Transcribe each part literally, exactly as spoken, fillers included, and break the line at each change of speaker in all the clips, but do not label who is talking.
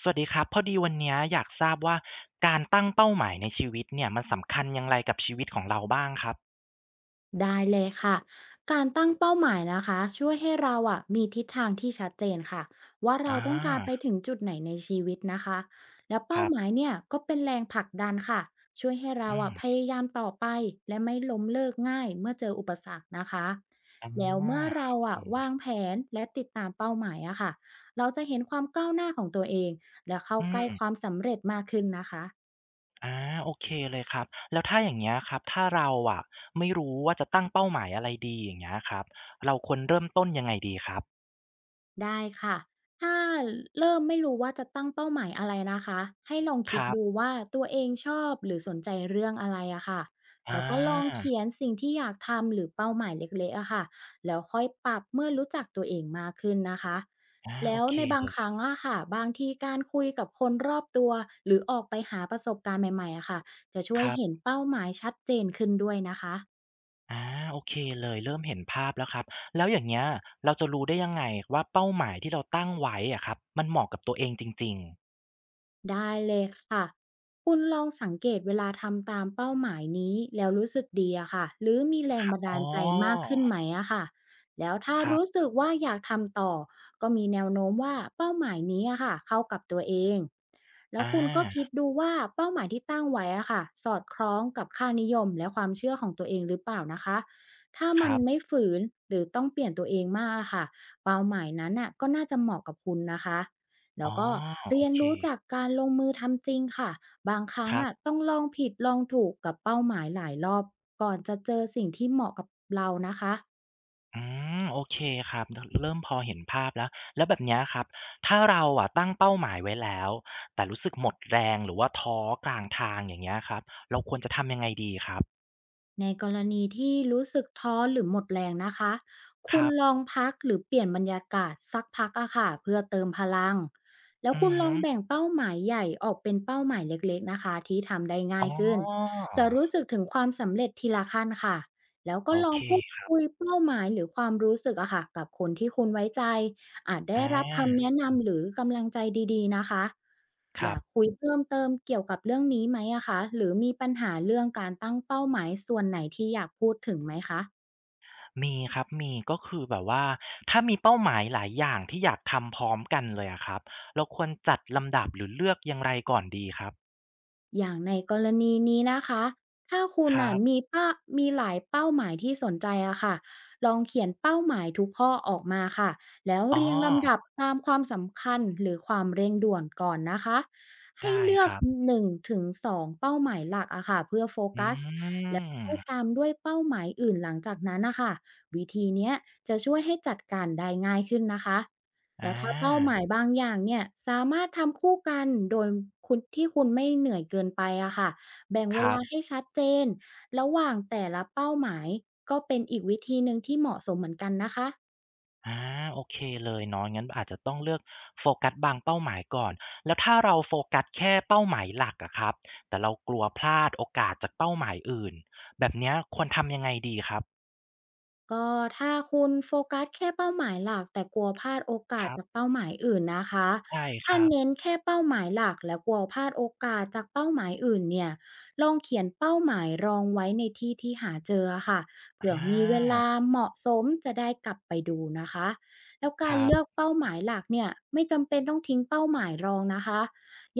สวัสดีครับพอดีวันเนี้ยอยากทราบว่าการตั้งเป้าหมายในชีวิตเนี่ยมันสำคัญอย่างไรกับชีวิตของเราบ้างครับ
ได้เลยค่ะการตั้งเป้าหมายนะคะช่วยให้เราอ่ะมีทิศทางที่ชัดเจนค่ะว่าเรา
อา
ต้องการไปถึงจุดไหนในชีวิตนะคะแล้ว
ค
เป้า
รับ
หมายเนี่ยก็เป็นแรงผลักดันค่ะช่วยให้เรา
อื
อ่ะพ
ม
ยายามต่อไปและไม่ล้มเลิกง่ายเมื่อเจออุปสรรคนะคะ
อาโ
แล้วเมื่อเรา
อเค
อ่ะวางแผนและติดตามเป้าหมายอะค่ะเราจะเห็นความก้าวหน้าของตัวเองและเข้า
อื
ใกล้
ม
ความสำเร็จมากขึ้นนะคะ
อาโอเคเลยครับแล้วถ้าอย่างเงี้ยครับถ้าเราอะไม่รู้ว่าจะตั้งเป้าหมายอะไรดีอย่างเงี้ยครับเราควรเริ่มต้นยังไงดีครับ
ได้ค่ะถ้าเริ่มไม่รู้ว่าจะตั้งเป้าหมายอะไรนะคะ ให้ลอง
ค
คิด
รั
ดู
บ
ว่าตัวเองชอบหรือสนใจเรื่องอะไรอะค่ะ
อ
แล้วก็ลองเขีย
า
นสิ่งที่อยากทำหรือเป้าหมายเล็กๆอะค่ะแล้วค่อยปรับเมื่อรู้จักตัวเองมากขึ้นนะคะ
อาโอ
แล้ว
เค
ในบาง
เล
ค
ย
รั้งอะค่ะบางทีการคุยกับคนรอบตัวหรือออกไปหาประสบการณ์ใหม่ๆอะค่ะจะช่ว
ค
ย
รับ
เห็นเป้าหมายชัดเจนขึ้นด้วยนะคะ
อาโอเคเลยเริ่มเห็นภาพแล้วครับแล้วอย่างเงี้ยเราจะรู้ได้ยังไงว่าเป้าหมายที่เราตั้งไว้อะครับมันเหมาะกับตัวเองจริงๆ
ได้เลยค่ะคุณลองสังเกตเวลาทำตามเป้าหมายนี้แล้วรู้สึกดีอะค่ะหรือมีแรง
ค่ะ
บันดา
อ๋อ
ลใจมากขึ้นไหมอะค่ะแล้วถ้า
ครั
รู้
บ
สึกว่าอยากทำต่อก็มีแนวโน้มว่าเป้าหมายนี้อะค่ะเข้ากับตัวเองแล้ว
อา
คุณก็คิดดูว่าเป้าหมายที่ตั้งไว้อะค่ะสอดคล้องกับค่านิยมและความเชื่อของตัวเองหรือเปล่านะคะถ้า
ค
มัน
รั
ไม่
บ
ฝืนหรือต้องเปลี่ยนตัวเองมากอะค่ะเป้าหมายนั้นอะก็น่าจะเหมาะกับคุณนะคะ
อ๋
แล้
อ
วก็
โอ
เรียน
เค
รู้จากการลงมือทำจริงค่ะบางครั้
ค
ง
รั
อ่ะ
บ
ต้องลองผิดลองถูกกับเป้าหมายหลายรอบก่อนจะเจอสิ่งที่เหมาะกับเรานะคะ
อืมโอเคครับเริ่มพอเห็นภาพแล้วแล้วแบบเนี้ยครับถ้าเราอะตั้งเป้าหมายไว้แล้วแต่รู้สึกหมดแรงหรือว่าท้อกลางทางอย่างเงี้ยครับเราควรจะทำยังไงดีครับ
ในกรณีที่รู้สึกท้อหรือหมดแรงนะคะ
ค
คุณ
รั
ล
บ
องพักหรือเปลี่ยนบรรยากาศสักพักอะค่ะเพื่อเติมพลังแล้ว
อื
คุ
อ
ณล
ฮึ
องแบ่งเป้าหมายใหญ่ออกเป็นเป้าหมายเล็กๆนะคะที่ทำได้
อ๋
ง่า
อ
ยขึ้น จะรู้สึกถึงความสำเร็จทีละขั้นค่ะ แล้วก็
โอ
ลอ
เค
งพูด
ครับ
คุยเป้าหมายหรือความรู้สึกอะค่ะกับคนที่คุณไว้ใจอาจ
อ
ได้รับคำ
า
แนะนำหรือกำลังใจดีๆนะคะ
ค
อ
รั
ยา
บ
กคุยเพิ่มเติมเกี่ยวกับเรื่องนี้ไหมอะคะ หรือมีปัญหาเรื่องการตั้งเป้าหมายส่วนไหนที่อยากพูดถึงไหมคะ
มีครับมีก็คือแบบว่าถ้ามีเป้าหมายหลายอย่างที่อยากทำพร้อมกันเลยอะครับเราควรจัดลำดับหรือเลือกอย่างไรก่อนดีครับ
อย่างในกรณีนี้นะคะถ้าคุ
ค
ณ
รั
น่ะ
บ
มีเป้ามีหลายเป้าหมายที่สนใจอะค่ะลองเขียนเป้าหมายทุกข้อออกมาค่ะแล้ว
อ๋
เรียงลำดับ
อ
ตามความสำคัญหรือความเร่งด่วนก่อนนะคะให้
ได้
เลือ
ค
ก
รับ
หนึ่งถึงสองเป้าหมายหลักอะค่ะเพื่อโฟ
อื
กัสแล้วค่อย
ม
ตามด้วยเป้าหมายอื่นหลังจากนั้นนะคะวิธีเนี้ยจะช่วยให้จัดการได้ง่ายขึ้นนะคะ
อ
แล้วถ้าเป้าห
า
มายบางอย่างเนี่ยสามารถทำคู่กันโดยคุณที่คุณไม่เหนื่อยเกินไปอะค่ะแบ่ง
ค
เว
รั
ลา
บ
ให้ชัดเจนระหว่างแต่ละเป้าหมายก็เป็นอีกวิธีหนึ่งที่เหมาะสมเหมือนกันนะคะ
อาโอเคเลยเนาะงั้นอาจจะต้องเลือกโฟกัสบางเป้าหมายก่อนแล้วถ้าเราโฟกัสแค่เป้าหมายหลักอะครับแต่เรากลัวพลาดโอกาสจากเป้าหมายอื่นแบบเนี้ยควรทำยังไงดีครับ
ก็ถ้าคุณโฟกัสแค่เป้าหมายหลักแต่กลัวพลาดโอกา
ค
ส
รั
จาก
บ
เป้าหมายอื่นนะคะ
ใช่ค
ถ้า
รับ
เน้นแค่เป้าหมายหลักและกลัวพลาดโอกาสจากเป้าหมายอื่นเนี่ยลองเขียนเป้าหมายรองไว้ในที่ที่หาเจอค่ะเผื่อ
อา
มีเวลาเหมาะสมจะได้กลับไปดูนะคะแล้ว
ค
การ
รับ
เลือกเป้าหมายหลักเนี่ยไม่จำเป็นต้องทิ้งเป้าหมายรองนะคะ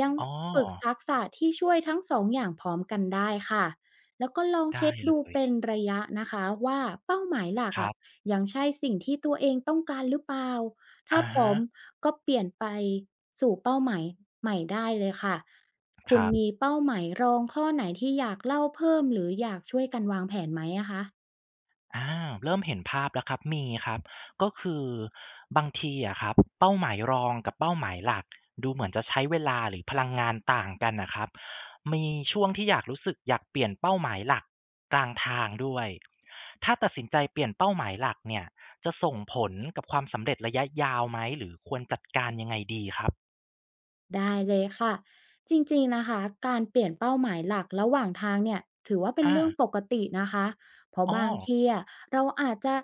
ยัง
อ๋
ฝึก
อ
ทักษะที่ช่วยทั้งสองอย่างพร้อมกันได้ค่ะ แล้วก็ลอง
ได้
เช็ค
เล
ดู
ย
เป็นระยะนะคะว่าเป้าหมายหลัก
ครั
อะะ
บ
ยังใช่สิ่งที่ตัวเองต้องการหรือเปล่าถ้า
อะ
พร้อ
ฮะ
มก็เปลี่ยนไปสู่เป้าหมายใหม่ได้เลยค่ะ
ค
คุณ
รั
มี
บ
เป้าหมายรองข้อไหนที่อยากเล่าเพิ่มหรืออยากช่วยกันวางแผนไหมอะคะ
อาเริ่มเห็นภาพแล้วครับมีครับก็คือบางทีอะครับเป้าหมายรองกับเป้าหมายหลักดูเหมือนจะใช้เวลาหรือพลังงานต่างกันน่ะครับมีช่วงที่อยากรู้สึกอยากเปลี่ยนเป้าหมายหลักกลางทางด้วยถ้าตัดสินใจเปลี่ยนเป้าหมายหลักเนี่ยจะส่งผลกับความสำเร็จระยะยาวไหมหรือควรจัดการยังไงดีครับ
ได้เลยค่ะจริงๆนะคะการเปลี่ยนเป้าหมายหลักระหว่างทางเนี่ยถือว่าเป็น
อา
เรื่องปกตินะคะเพราะ
อ้
บา
อ
งทีอะเราอาจจะ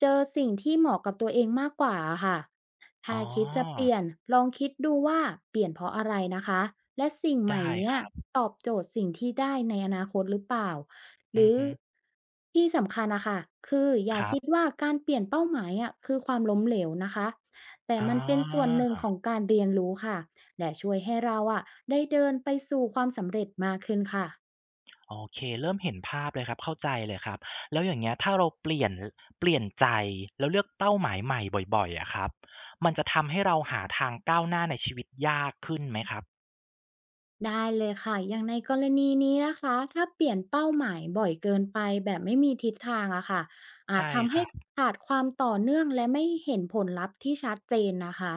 เจอสิ่งที่เหมาะกับตัวเองมากกว่าค่ะ
อ๋
ถ้าคิดจะเป
อ
ลี่ยนลองคิดดูว่าเปลี่ยนเพราะอะไรนะคะและสิ่งให
ได้
ม่เนี้
ค
ย
รับ
ตอบโจทย์สิ่งที่ได้ในอนาคตหรือเปล่าห
อื
รื
อ
อ
ฮึ
ที่สำคัญนะคะคืออย่า
ครั
คิด
บ
ว่าการเปลี่ยนเป้าหมายอะคือความล้มเหลวนะคะ แต่
อ๋อ
มันเป็นส่วนหนึ่งของการเรียนรู้ค่ะและช่วยให้เราอะได้เดินไปสู่ความสำเร็จมากขึ้นค่ะ
โอเคเริ่มเห็นภาพเลยครับเข้าใจเลยครับแล้วอย่างเงี้ยถ้าเราเปลี่ยนเปลี่ยนใจแล้วเลือกเป้าหมายใหม่บ่อยๆอะครับมันจะทำให้เราหาทางก้าวหน้าในชีวิตยากขึ้นไหมครับ
ได้เลยค่ะอย่างในกรณีนี้นะคะถ้าเปลี่ยนเป้าหมายบ่อยเกินไปแบบไม่มีทิศทางอะค่ะอาจ
ใช่
ทำ
ค
ให้
รับ
ขาดความต่อเนื่องและไม่เห็นผลลัพธ์ที่ชัดเจนนะคะ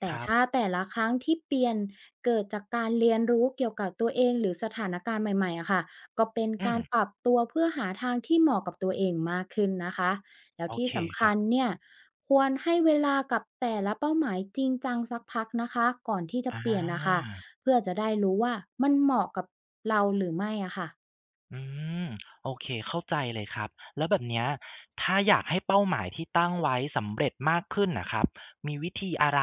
แต่
ครับ
ถ้าแต่ละครั้งที่เปลี่ยนเกิดจากการเรียนรู้เกี่ยวกับตัวเองหรือสถานการณ์ใหม่ๆอะค่ะก็เป็น
อื
กา
ม
รปรับตัวเพื่อหาทางที่เหมาะกับตัวเองมากขึ้นนะคะแล้ว
โอ
ที่
เค
สำ
ค
คั
รั
ญ
บ
เนี่ยควรให้เวลากับแต่ละเป้าหมายจริงจังสักพักนะคะก่อนที่จะ
อา
เปลี่ยนนะคะ เพื่อจะได้รู้ว่ามันเหมาะกับเราหรือไม่อะค่ะ
อืมโอเคเข้าใจเลยครับแล้วแบบเนี้ยถ้าอยากให้เป้าหมายที่ตั้งไว้สำเร็จมากขึ้นน่ะครับมีวิธีอะไร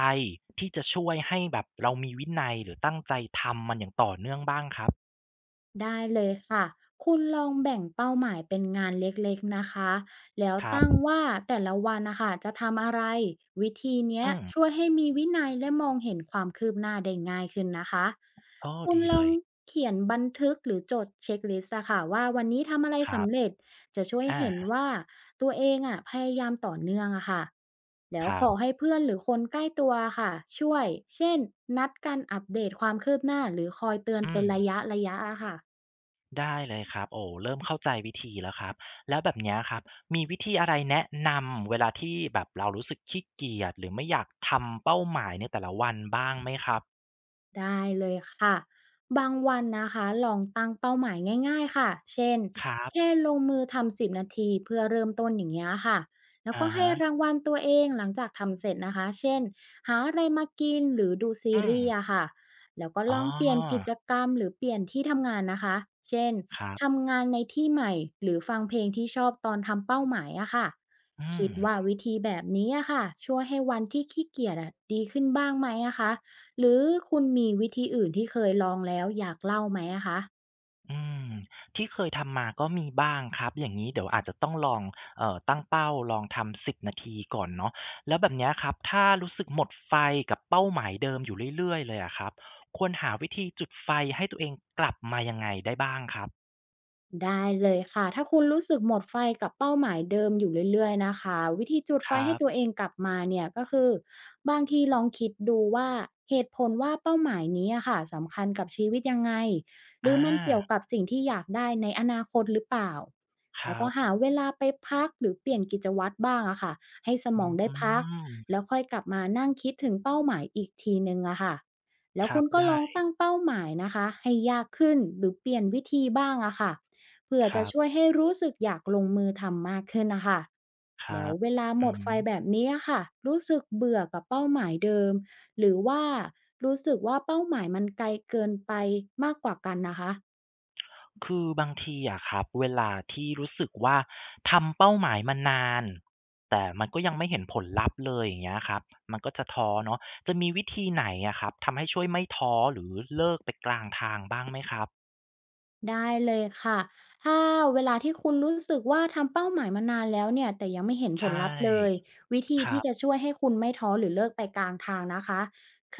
ที่จะช่วยให้แบบเรามีวินัยหรือตั้งใจทำมันอย่างต่อเนื่องบ้างครับ
ได้เลยค่ะคุณลองแบ่งเป้าหมายเป็นงานเล็กๆนะคะแล้ว
ครั
ตั้ง
บ
ว่าแต่ละวันนะคะจะทำอะไรวิธีเนี้ย
อืม
ช่วยให้มีวินัยและมองเห็นความคืบหน้าได้ง่ายขึ้นนะคะ
อ้อ
คุณ
ดี
ล
เล
อง
ย
เขียนบันทึกหรือจดเช็คลิสต์อะค่ะว่าวันนี้ทำอะไร
ครั
สำเร็
บ
จจะช่วย
อา
เห็นว่าตัวเองอะพยายามต่อเนื่องอะค่ะแล้
ค
ว
รั
ขอ
บ
ให้เพื่อนหรือคนใกล้ตัวค่ะช่วยเช่นนัดกันอัปเดตความคืบหน้าหรือคอยเตือน
อื
เป็น
ม
ระยะระยะอะค่ะ
ได้เลยครับโอ้เริ่มเข้าใจวิธีแล้วครับแล้วแบบเนี้ยครับมีวิธีอะไรแนะนำเวลาที่แบบเรารู้สึกขี้เกียจหรือไม่อยากทำเป้าหมายในแต่ละวันบ้างไหมครับ
ได้เลยค่ะบางวันนะคะลองตั้งเป้าหมายง่ายๆค่ะเช่น
ครั
แค่
บ
ลงมือทำสิบนาทีเพื่อเริ่มต้นอย่างเงี้ยค่ะแล้ว
อะ
ก็ให้
ฮะ
รางวัลตัวเองหลังจากทำเสร็จนะคะเช่นหาอะไรมากินหรือดูซี
อืม
รีส์อะค่ะแล้วก็
อ๋อ
ลองเปลี่ยนกิจกรรมหรือเปลี่ยนที่ทำงานนะคะเช่น
ครับ
ทำงานในที่ใหม่หรือฟังเพลงที่ชอบตอนทำเป้าหมายอะค่ะ
อื
คิดว่า
ม
วิธีแบบนี้อะค่ะช่วยให้วันที่ขี้เกียจอะดีขึ้นบ้างไหมอะคะ หรือคุณมีวิธีอื่นที่เคยลองแล้วอยากเล่าไหมอะคะ
อืมที่เคยทำมาก็มีบ้างครับอย่างนี้เดี๋ยวอาจจะต้องลองเอ่อตั้งเป้าลองทำสิบนาทีก่อนเนาะแล้วแบบเนี้ยครับถ้ารู้สึกหมดไฟกับเป้าหมายเดิมอยู่เรื่อยๆเลยอะครับควรหาวิธีจุดไฟให้ตัวเองกลับมายังไงได้บ้างครับ
ได้เลยค่ะถ้าคุณรู้สึกหมดไฟกับเป้าหมายเดิมอยู่เรื่อยๆนะคะวิธีจุด
ค
ไฟ
รั
ให้ตัว
บ
เองกลับมาเนี่ยก็คือบางทีลองคิดดูว่าเหตุผลว่าเป้าหมายนี้อะค่ะสำคัญกับชีวิตยังไงหรือ
อา
มันเกี่ยวกับสิ่งที่อยากได้ในอนาคตหรือเปล่า
ค
แล้ว
รั
ก็
บ
หาเวลาไปพักหรือเปลี่ยนกิจวัตรบ้างอะค่ะให้ส
อื
มองได้พัก
ม
แล้วค่อยกลับมานั่งคิดถึงเป้าหมายอีกทีนึงอะค่ะแล้
ค
ว
รั
คุ
บ
ณก็ล
ได้
องตั้งเป้าหมายนะคะให้ยากขึ้นหรือเปลี่ยนวิธีบ้างอะค่ะ เพื่อ
ค
จะ
รั
ช่ว
บ
ยให้รู้สึกอยากลงมือทำมากขึ้นนะคะ
ครั
แล้ว
บ
เวลา
อื
หมด
ม
ไฟแบบนี้อะค่ะ รู้สึกเบื่อกับเป้าหมายเดิม หรือว่ารู้สึกว่าเป้าหมายมันไกลเกินไปมากกว่ากันนะคะ
คือบางทีอะครับเวลาที่รู้สึกว่าทำเป้าหมายมานานแต่มันก็ยังไม่เห็นผลลัพธ์เลยอย่างเงี้ยครับมันก็จะท้อเนาะจะมีวิธีไหนอะครับทำให้ช่วยไม่ท้อหรือเลิกไปกลางทางบ้างไหมครับ
ได้เลยค่ะถ้าเวลาที่คุณรู้สึกว่าทำเป้าหมายมานานแล้วเนี่ยแต่ยังไม่เห็น
ใช
ผลลัพธ์เลย
่
วิธี
ครั
ที่จะ
บ
ช่วยให้คุณไม่ท้อหรือเลิกไปกลางทางนะคะค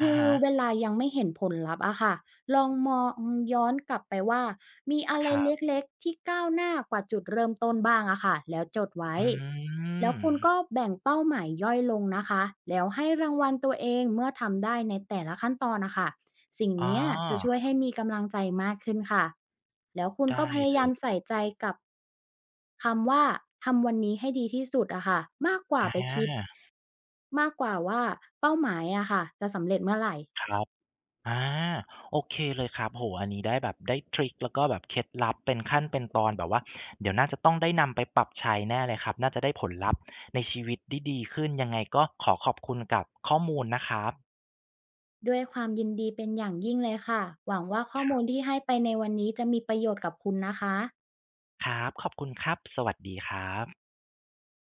อะ
ือ
ฮะ
เวลายังไม่เห็นผลลัพธ์อะค่ะลองมองย้อนกลับไปว่ามีอะไร
ครั
เ
บ
ล็กๆที่ก้าวหน้ากว่าจุดเริ่มต้นบ้างอะค่ะแล้วจดไว้
อื
แล้ว
ม
คุณก็แบ่งเป้าหมายย่อยลงนะคะแล้วให้รางวัลตัวเองเมื่อทำได้ในแต่ละขั้นตอนนะคะ สิ่ง
อ๋อ
เนี้ยจะช่วยให้มีกำลังใจมากขึ้นค่ะ แล้วคุณก็
ได้
พยา
เล
ยาม
ย
ใส่ใจกับคำว่าทำวันนี้ให้ดีที่สุดอะค่ะ มากก
อ
ว่าไปคิด
า
มากกว่าว่าเป้าหมายอะค่ะจะสำเร็จเมื่อไหร่
ครับ อาโอเคเลยครับโอ้โฮอันนี้ได้แบบได้ทริกแล้วก็แบบเคล็ดลับเป็นขั้นเป็นตอนแบบว่าเดี๋ยวน่าจะต้องได้นำไปปรับใช้แน่เลยครับน่าจะได้ผลลัพธ์ในชีวิตที่ดีขึ้นยังไงก็ขอขอบคุณกับข้อมูลนะครับ
ด้วยความยินดีเป็นอย่างยิ่งเลยค่ะ หวังว่าข้อ
ครั
มูล
บ
ที่ให้ไปในวันนี้จะมีประโยชน์กับคุณนะคะ
ครับขอบคุณครับสวัสดีครับ